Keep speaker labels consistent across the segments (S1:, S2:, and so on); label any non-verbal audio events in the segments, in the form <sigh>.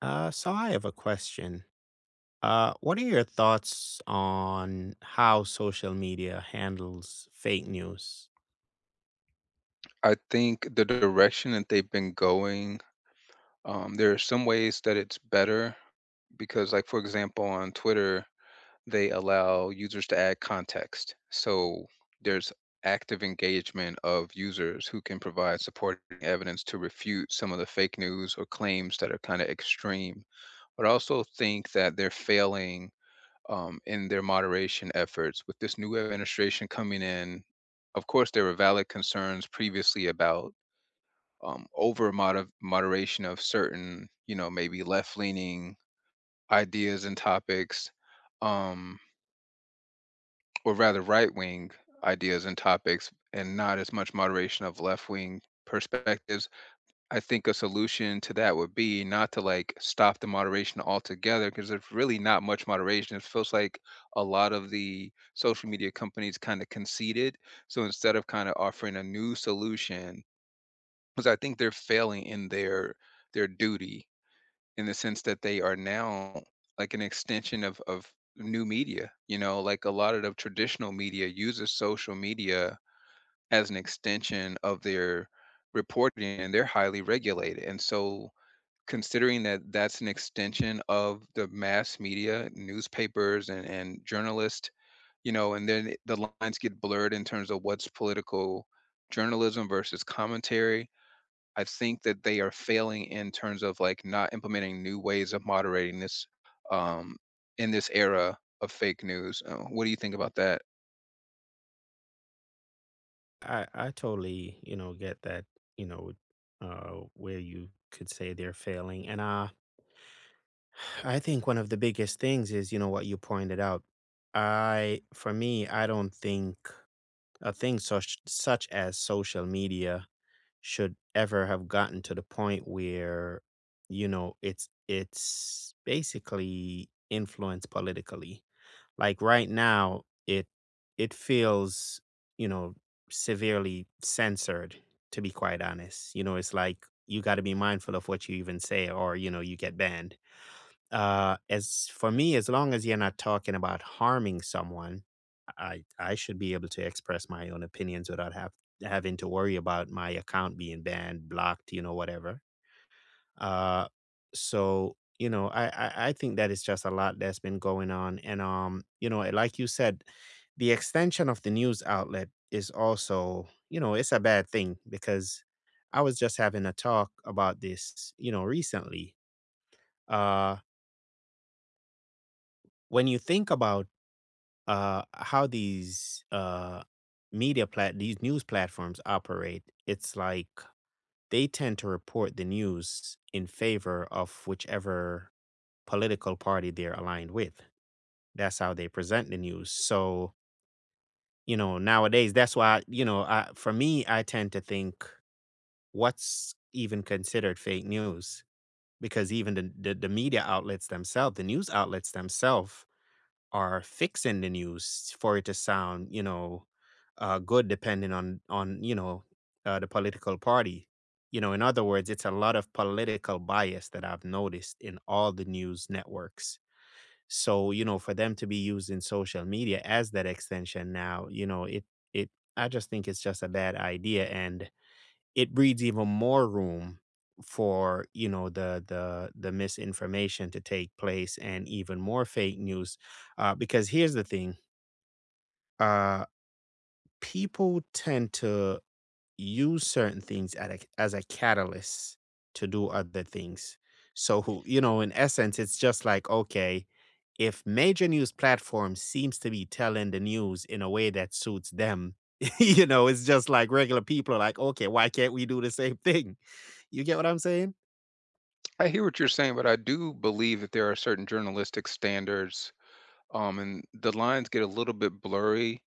S1: So I have a question. What are your thoughts on how social media handles fake news?
S2: I think the direction that they've been going, there are some ways that it's better because, like, for example, on Twitter, they allow users to add context. So there's active engagement of users who can provide supporting evidence to refute some of the fake news or claims that are kind of extreme. But I also think that they're failing in their moderation efforts with this new administration coming in. Of course, there were valid concerns previously about over moderation of certain, you know, maybe left leaning ideas and topics, um, or rather right wing ideas and topics, and not as much moderation of left wing perspectives. I think a solution to that would be not to, like, stop the moderation altogether because there's really not much moderation. It feels like a lot of the social media companies kind of conceded. So instead of kind of offering a new solution, because I think they're failing in their duty, in the sense that they are now like an extension of new media. You know, like a lot of the traditional media uses social media as an extension of their reporting, and they're highly regulated. And so, considering that that's an extension of the mass media, newspapers, and journalists, you know, and then the lines get blurred in terms of what's political journalism versus commentary. I think that they are failing in terms of, like, not implementing new ways of moderating this, um, in this era of fake news. What do you think about that?
S1: I totally, you know, get that, you know, where you could say they're failing. And <sighs> I think one of the biggest things is, you know, what you pointed out. I, for me, I don't think a thing such as social media should ever have gotten to the point where, you know, it's basically influenced politically. Like right now, it feels, you know, severely censored, to be quite honest. You know, it's like you got to be mindful of what you even say, or you know, you get banned. As for me, as long as you're not talking about harming someone, I should be able to express my own opinions without have having to worry about my account being banned, blocked, you know, whatever. Uh, so you know, I think that is just a lot that's been going on, and you know, like you said, the extension of the news outlet is also, you know, it's a bad thing because I was just having a talk about this, you know, recently. Uh, when you think about how these media plat these news platforms operate, it's like they tend to report the news in favor of whichever political party they're aligned with. That's how they present the news. So you know nowadays, that's why you know I, for me, I tend to think what's even considered fake news because even the media outlets themselves, the news outlets themselves are fixing the news for it to sound, you know, good depending on you know the political party. You know, in other words, it's a lot of political bias that I've noticed in all the news networks. So you know, for them to be using social media as that extension now, you know, it I just think it's just a bad idea and it breeds even more room for you know the misinformation to take place and even more fake news because here's the thing uh, people tend to use certain things as a catalyst to do other things. So, you know, in essence, it's just like, okay, if major news platforms seems to be telling the news in a way that suits them, <laughs> you know, it's just like regular people are like, okay, why can't we do the same thing? You get what I'm saying?
S2: I hear what you're saying, but I do believe that there are certain journalistic standards, and the lines get a little bit blurry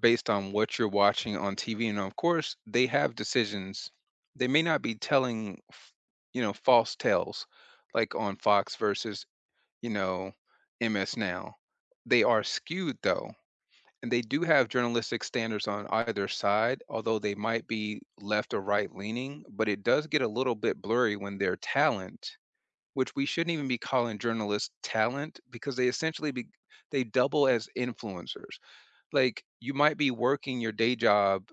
S2: based on what you're watching on TV. And of course, they have decisions. They may not be telling, you know, false tales, like on Fox versus, you know, MS Now. They are skewed, though. And they do have journalistic standards on either side, although they might be left or right leaning, but it does get a little bit blurry when their talent, which we shouldn't even be calling journalists talent, because they essentially be, they double as influencers. Like, you might be working your day job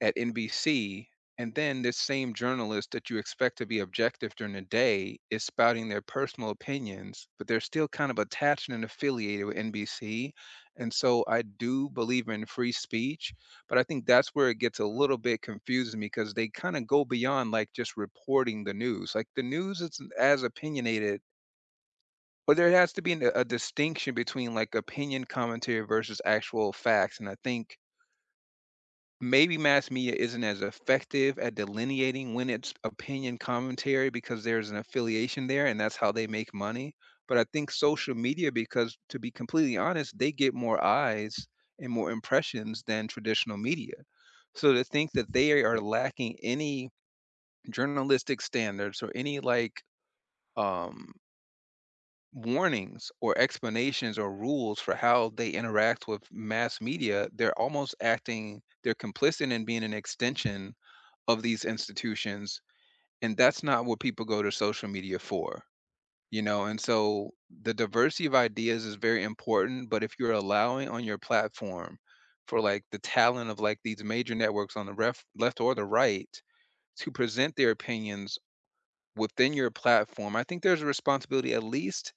S2: at NBC, and then this same journalist that you expect to be objective during the day is spouting their personal opinions, but they're still kind of attached and affiliated with NBC. And so I do believe in free speech, but I think that's where it gets a little bit confusing because they kind of go beyond, like, just reporting the news. Like, the news isn't as opinionated, but there has to be a distinction between, like, opinion commentary versus actual facts. And I think maybe mass media isn't as effective at delineating when it's opinion commentary because there's an affiliation there and that's how they make money. But I think social media, because to be completely honest, they get more eyes and more impressions than traditional media. So to think that they are lacking any journalistic standards or any, like, um, warnings or explanations or rules for how they interact with mass media, they're almost acting, they're complicit in being an extension of these institutions, and that's not what people go to social media for, you know? And so the diversity of ideas is very important, but if you're allowing on your platform for, like, the talent of, like, these major networks on the ref left or the right to present their opinions within your platform, I think there's a responsibility at least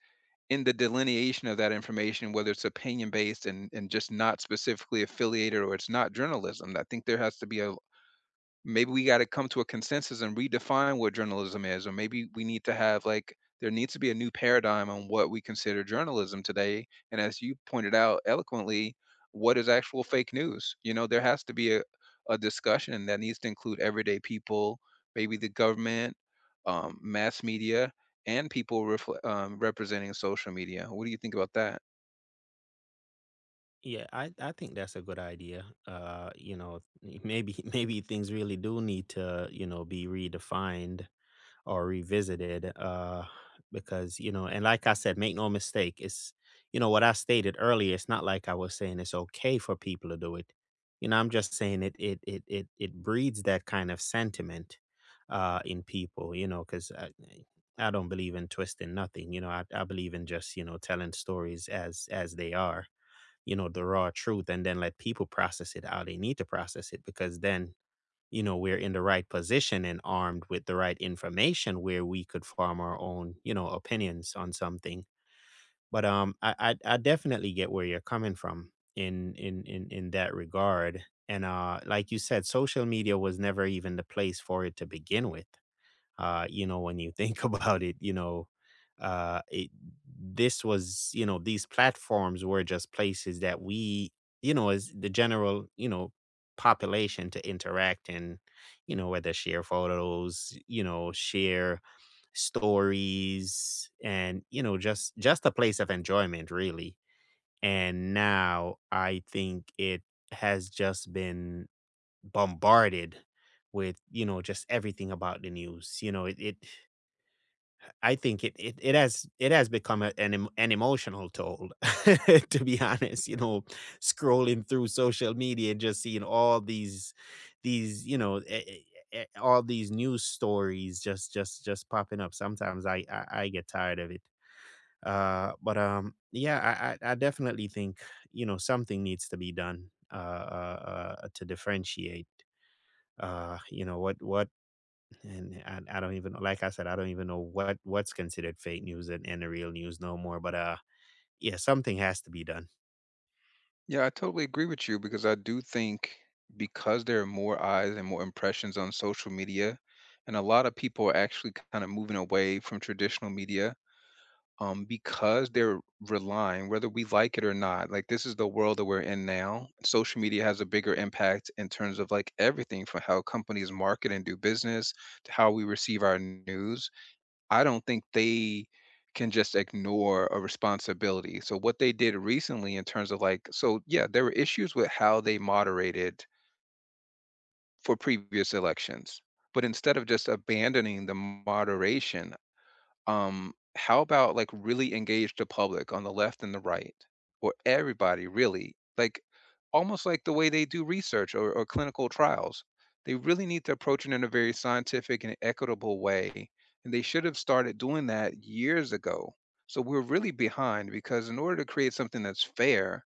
S2: in the delineation of that information, whether it's opinion based and just not specifically affiliated or it's not journalism. I think there has to be a, maybe we got to come to a consensus and redefine what journalism is, or maybe we need to have, like, there needs to be a new paradigm on what we consider journalism today. And as you pointed out eloquently, what is actual fake news? You know, there has to be a discussion that needs to include everyday people, maybe the government, mass media, and people representing social media. What do you think about that?
S1: Yeah, I think that's a good idea. You know, maybe <laughs> maybe things really do need to, you know, be redefined or revisited because you know and like I said, make no mistake, it's you know what I stated earlier, it's not like I was saying it's okay for people to do it, you know. I'm just saying it breeds that kind of sentiment in people, you know. Because I don't believe in twisting nothing, you know. I believe in just you know telling stories as they are, you know, the raw truth, and then let people process it how they need to process it, because then you know, we're in the right position and armed with the right information where we could form our own, you know, opinions on something. But I definitely get where you're coming from in that regard. And like you said, social media was never even the place for it to begin with. You know, when you think <laughs> about it, you know, uh, it, this was, you know, these platforms were just places that we, you know, as the general, you know, population to interact and, you know, whether share photos, you know, share stories and, you know, just a place of enjoyment really. And now I think it has just been bombarded with, you know, just everything about the news. You know, it I think it, it it has become an emotional toll, <laughs> to be honest. You know, scrolling through social media and just seeing all these you know all these news stories just popping up. Sometimes I get tired of it. But yeah, I definitely think you know something needs to be done to differentiate you know what, and I don't even like I said, I don't even know what's considered fake news and the real news no more, but yeah, something has to be done.
S2: Yeah, I totally agree with you because I do think, because there are more eyes and more impressions on social media, and a lot of people are actually kind of moving away from traditional media, because they're relying, whether we like it or not, like, this is the world that we're in now. Social media has a bigger impact in terms of, like, everything from how companies market and do business to how we receive our news. I don't think they can just ignore a responsibility. So what they did recently in terms of, like, so yeah, there were issues with how they moderated for previous elections. But instead of just abandoning the moderation, how about, like, really engage the public on the left and the right, or everybody really, like almost like the way they do research or clinical trials. They really need to approach it in a very scientific and equitable way. And they should have started doing that years ago. So we're really behind because in order to create something that's fair,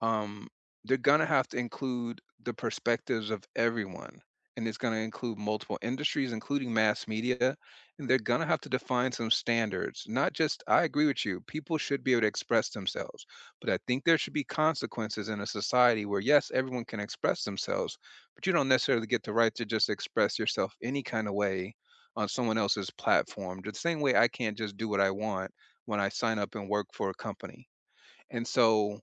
S2: um, they're gonna have to include the perspectives of everyone, and it's gonna include multiple industries, including mass media, and they're gonna have to define some standards. Not just, I agree with you, people should be able to express themselves, but I think there should be consequences in a society where, yes, everyone can express themselves, but you don't necessarily get the right to just express yourself any kind of way on someone else's platform. The same way I can't just do what I want when I sign up and work for a company. And so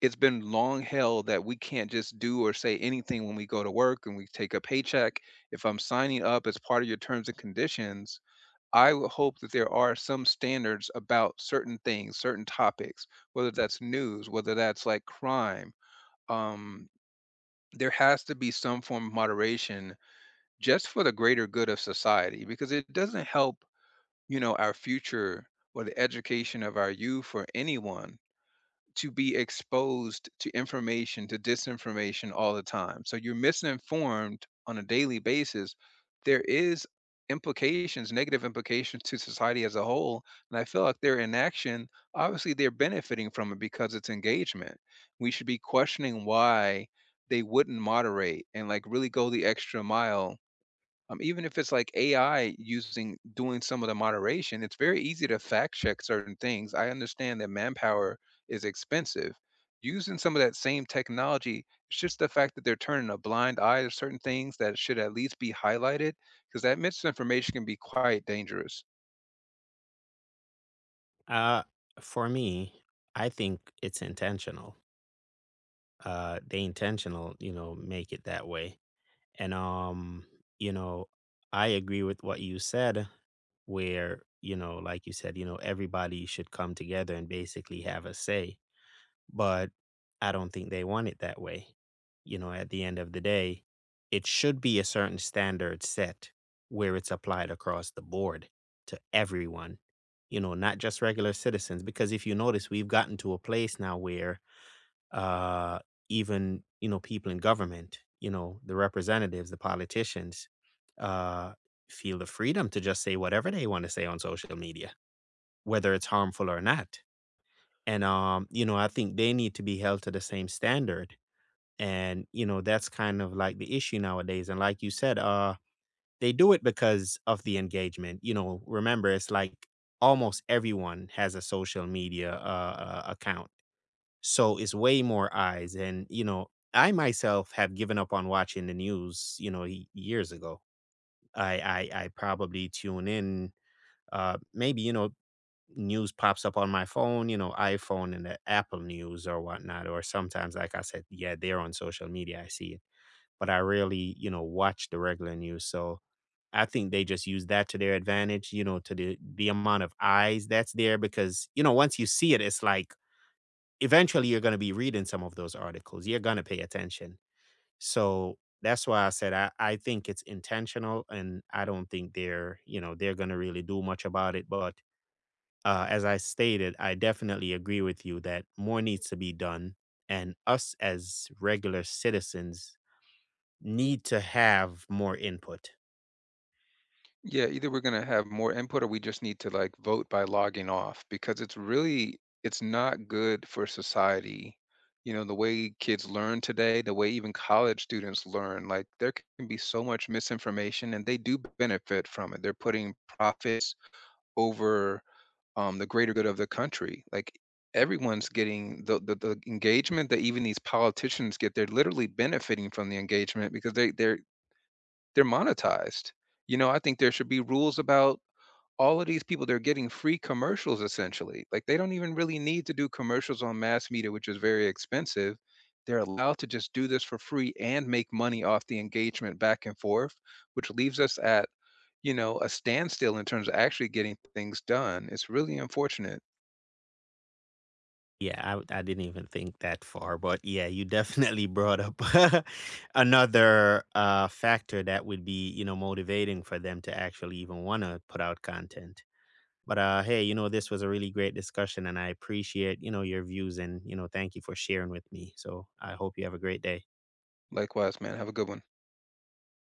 S2: it's been long held that we can't just do or say anything when we go to work and we take a paycheck. If I'm signing up as part of your terms and conditions, I would hope that there are some standards about certain things, certain topics, whether that's news, whether that's like crime. Um, there has to be some form of moderation just for the greater good of society because it doesn't help, you know, our future or the education of our youth or anyone to be exposed to information, to disinformation all the time. So you're misinformed on a daily basis. There is implications, negative implications to society as a whole. And I feel like their inaction, obviously they're benefiting from it because it's engagement. We should be questioning why they wouldn't moderate and, like, really go the extra mile, even if it's like AI using doing some of the moderation, it's very easy to fact check certain things. I understand that manpower is expensive. Using some of that same technology, it's just the fact that they're turning a blind eye to certain things that should at least be highlighted because that misinformation can be quite dangerous.
S1: Uh for me, I think it's intentional. They intentional, you know, make it that way. And you know, I agree with what you said, where you know like you said, you know, everybody should come together and basically have a say. But I don't think they want it that way. You know, at the end of the day, it should be a certain standard set where it's applied across the board to everyone, you know, not just regular citizens. Because if you notice, we've gotten to a place now where uh, even, you know, people in government, you know, the representatives, the politicians, uh, feel the freedom to just say whatever they want to say on social media, whether it's harmful or not, and, you know, I think they need to be held to the same standard. And, you know, that's kind of like the issue nowadays. And like you said, they do it because of the engagement. You know, remember, it's like almost everyone has a social media account. So it's way more eyes. And, you know, I myself have given up on watching the news, you know, years ago. I, I probably tune in maybe, you know, news pops up on my phone, you know, iPhone and the Apple News or whatnot. Or sometimes, like I said, yeah, they're on social media. I see it, but I rarely, you know, watch the regular news. So I think they just use that to their advantage, you know, to the amount of eyes that's there because, you know, once you see it, it's like eventually you're going to be reading some of those articles. You're going to pay attention. So that's why I said I think it's intentional and I don't think they're, you know, they're going to really do much about it. But as I stated, I definitely agree with you that more needs to be done. And us as regular citizens need to have more input.
S2: Yeah, either we're gonna have more input or we just need to, like, vote by logging off, because it's really, it's not good for society. You know, the way kids learn today, the way even college students learn, like, there can be so much misinformation and they do benefit from it. They're putting profits over, the greater good of the country. Like, everyone's getting the engagement that even these politicians get, they're literally benefiting from the engagement because they're monetized. You know, I think there should be rules about all of these people. They're getting free commercials essentially, like they don't even really need to do commercials on mass media, which is very expensive. They're allowed to just do this for free and make money off the engagement back and forth, which leaves us at, you know, a standstill in terms of actually getting things done. It's really unfortunate.
S1: Yeah, I didn't even think that far. But yeah, you <laughs> definitely brought up <laughs> another factor that would be, you know, motivating for them to actually even want to put out content. But hey, you know, this was a really great discussion and I appreciate, you know, your views and, you know, thank you for sharing with me. So I hope you have a great day.
S2: Likewise, man, have a good one.